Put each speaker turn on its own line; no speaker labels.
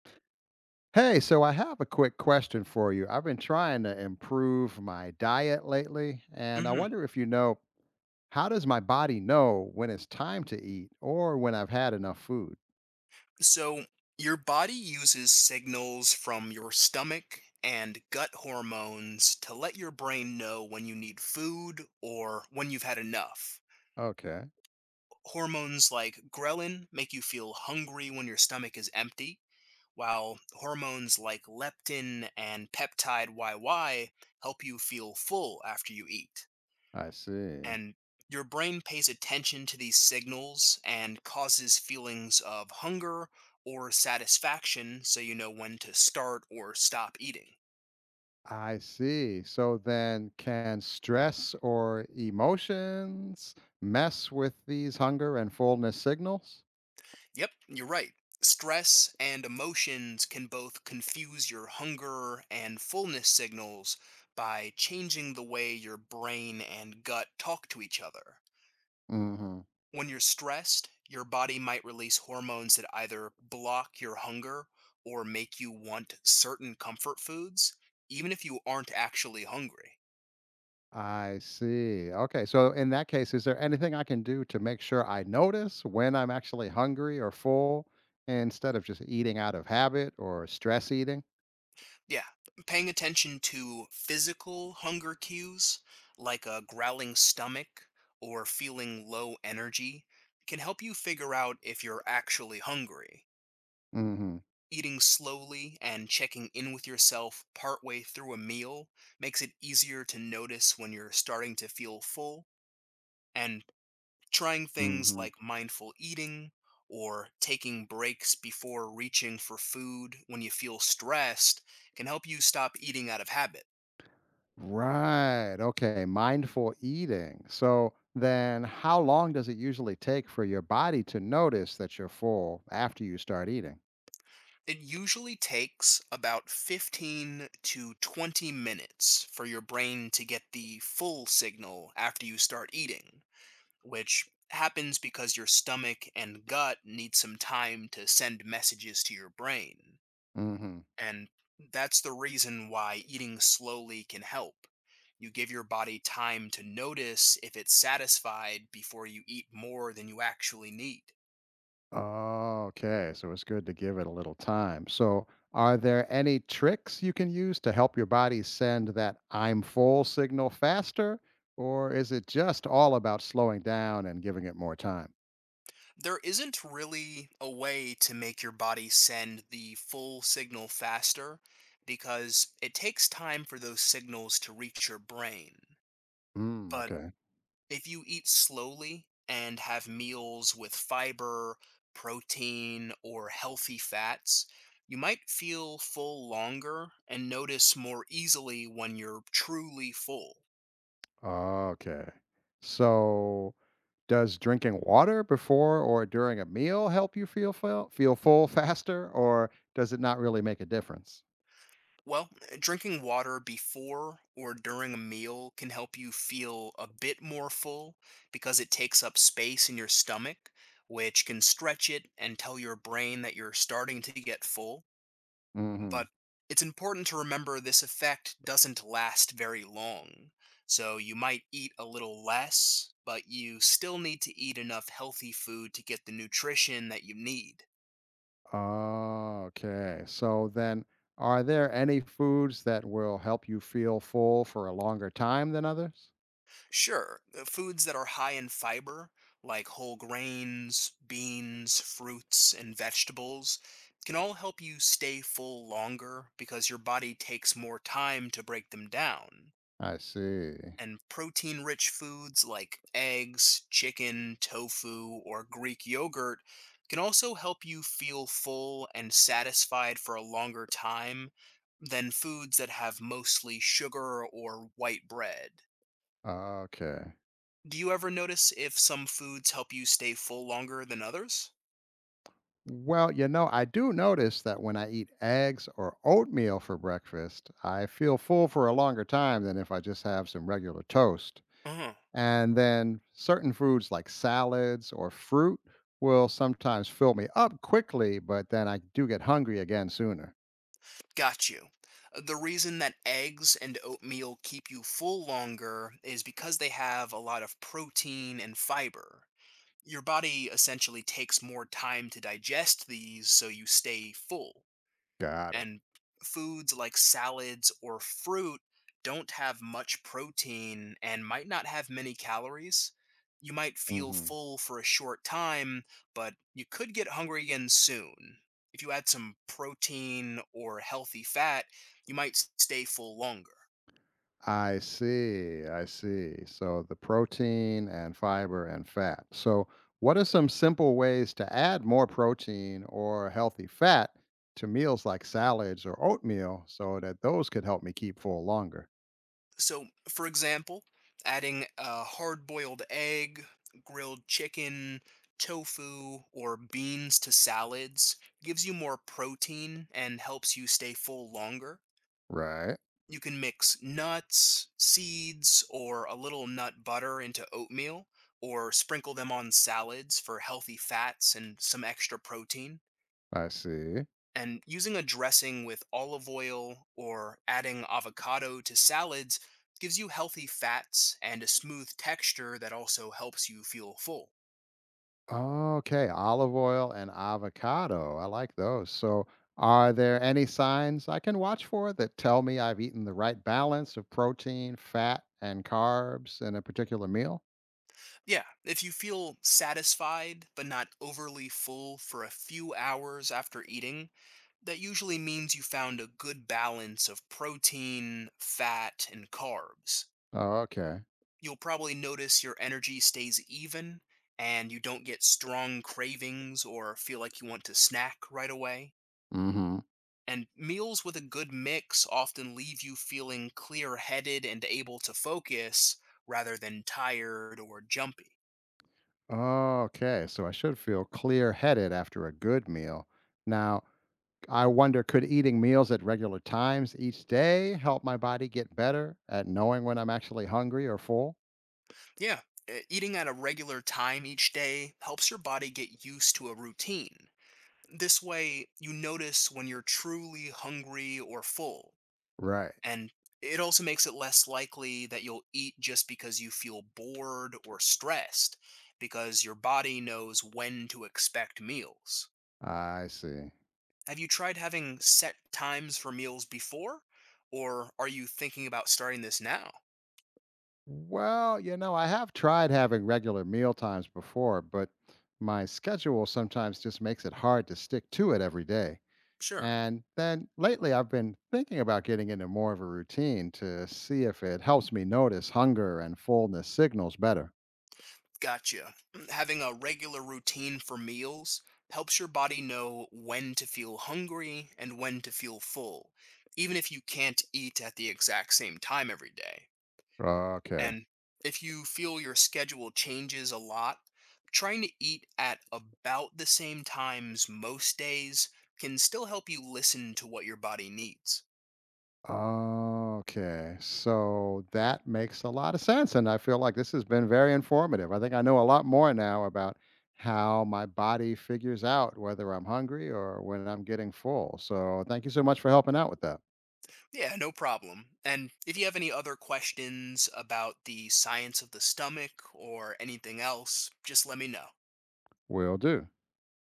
Hey, so I have a quick question for you. I've been trying to improve my diet lately, and I
Mhm.
wonder if you know, how does my body know when it's time to eat or when I've had enough food?
So, your body uses signals from your stomach and gut hormones to let your brain know when you need food or when you've had enough.
Okay.
Hormones like ghrelin make you feel hungry when your stomach is empty, while hormones like leptin and peptide YY help you feel full after you eat.
I see.
And your brain pays attention to these signals and causes feelings of hunger or satisfaction, so you know when to start or stop eating.
I see. So then, can stress or emotions mess with these hunger and fullness signals?
Yep, you're right. Stress and emotions can both confuse your hunger and fullness signals by changing the way your brain and gut talk to each other. When you're stressed, your body might release hormones that either block your hunger or make you want certain comfort foods, even if you aren't actually hungry.
I see. Okay. So in that case, is there anything I can do to make sure I notice when I'm actually hungry or full instead of just eating out of habit or stress eating?
Yeah, paying attention to physical hunger cues, like a growling stomach or feeling low energy, can help you figure out if you're actually hungry.
Hmm.
Eating slowly and checking in with yourself partway through a meal makes it easier to notice when you're starting to feel full, and trying things
Hmm.
like mindful eating or taking breaks before reaching for food when you feel stressed can help you stop eating out of habit.
Right. Okay. Mindful eating. So then how long does it usually take for your body to notice that you're full after you start eating?
It usually takes about 15 to 20 minutes for your brain to get the full signal after you start eating, which happens because your stomach and gut need some time to send messages to your brain.
Mm-hmm.
And that's the reason why eating slowly can help. You give your body time to notice if it's satisfied before you eat more than you actually need.
Oh, okay. So it's good to give it a little time. So, are there any tricks you can use to help your body send that I'm full signal faster? Or is it just all about slowing down and giving it more time?
There isn't really a way to make your body send the full signal faster, because it takes time for those signals to reach your brain.
Mm,
But
okay.
if you eat slowly and have meals with fiber, protein, or healthy fats, you might feel full longer and notice more easily when you're truly full.
Okay. So, does drinking water before or during a meal help you feel full, faster, or does it not really make a difference?
Well, drinking water before or during a meal can help you feel a bit more full, because it takes up space in your stomach, which can stretch it and tell your brain that you're starting to get full.
Mm-hmm.
But it's important to remember this effect doesn't last very long. So you might eat a little less, but you still need to eat enough healthy food to get the nutrition that you need.
Oh, okay. So then, are there any foods that will help you feel full for a longer time than others?
Sure, foods that are high in fiber, like whole grains, beans, fruits, and vegetables, can all help you stay full longer because your body takes more time to break them down.
I see.
And protein rich foods like eggs, chicken, tofu, or Greek yogurt can also help you feel full and satisfied for a longer time than foods that have mostly sugar or white bread.
Okay.
Do you ever notice if some foods help you stay full longer than others?
Well, you know, I do notice that when I eat eggs or oatmeal for breakfast, I feel full for a longer time than if I just have some regular toast.
Uh-huh.
And then certain foods like salads or fruit will sometimes fill me up quickly, but then I do get hungry again sooner.
Got you. The reason that eggs and oatmeal keep you full longer is because they have a lot of protein and fiber. Your body essentially takes more time to digest these, so you stay full.
Got it.
And foods like salads or fruit don't have much protein and might not have many calories. You might feel
Hmm.
full for a short time, but you could get hungry again soon. If you add some protein or healthy fat, you might stay full longer.
I see. I see. So the protein and fiber and fat. So, what are some simple ways to add more protein or healthy fat to meals like salads or oatmeal so that those could help me keep full longer?
So, for example, adding a hard boiled egg, grilled chicken, tofu, or beans to salads gives you more protein and helps you stay full longer.
Right.
You can mix nuts, seeds, or a little nut butter into oatmeal, or sprinkle them on salads for healthy fats and some extra protein.
I see.
And using a dressing with olive oil or adding avocado to salads gives you healthy fats and a smooth texture that also helps you feel full.
Okay. Olive oil and avocado. I like those. So, are there any signs I can watch for that tell me I've eaten the right balance of protein, fat, and carbs in a particular meal?
Yeah, if you feel satisfied but not overly full for a few hours after eating, that usually means you found a good balance of protein, fat, and carbs.
Okay.
You'll probably notice your energy stays even and you don't get strong cravings or feel like you want to snack right away.
Mm-hmm.
And meals with a good mix often leave you feeling clear headed and able to focus rather than tired or jumpy.
Okay, so I should feel clear headed after a good meal. Now, I wonder, could eating meals at regular times each day help my body get better at knowing when I'm actually hungry or full?
Yeah, eating at a regular time each day helps your body get used to a routine. This way, you notice when you're truly hungry or full.
Right.
And it also makes it less likely that you'll eat just because you feel bored or stressed, because your body knows when to expect meals.
I see.
Have you tried having set times for meals before, or are you thinking about starting this now?
Well, you know, I have tried having regular meal times before, but my schedule sometimes just makes it hard to stick to it every day.
Sure.
And then lately, I've been thinking about getting into more of a routine to see if it helps me notice hunger and fullness signals better.
Gotcha. Having a regular routine for meals helps your body know when to feel hungry and when to feel full, even if you can't eat at the exact same time every day.
Okay.
And if you feel your schedule changes a lot, trying to eat at about the same times most days can still help you listen to what your body needs.
Okay. So that makes a lot of sense. And I feel like this has been very informative. I think I know a lot more now about how my body figures out whether I'm hungry or when I'm getting full. So thank you so much for helping out with that.
Yeah, no problem. And if you have any other questions about the science of the stomach or anything else, just let me know.
Will do.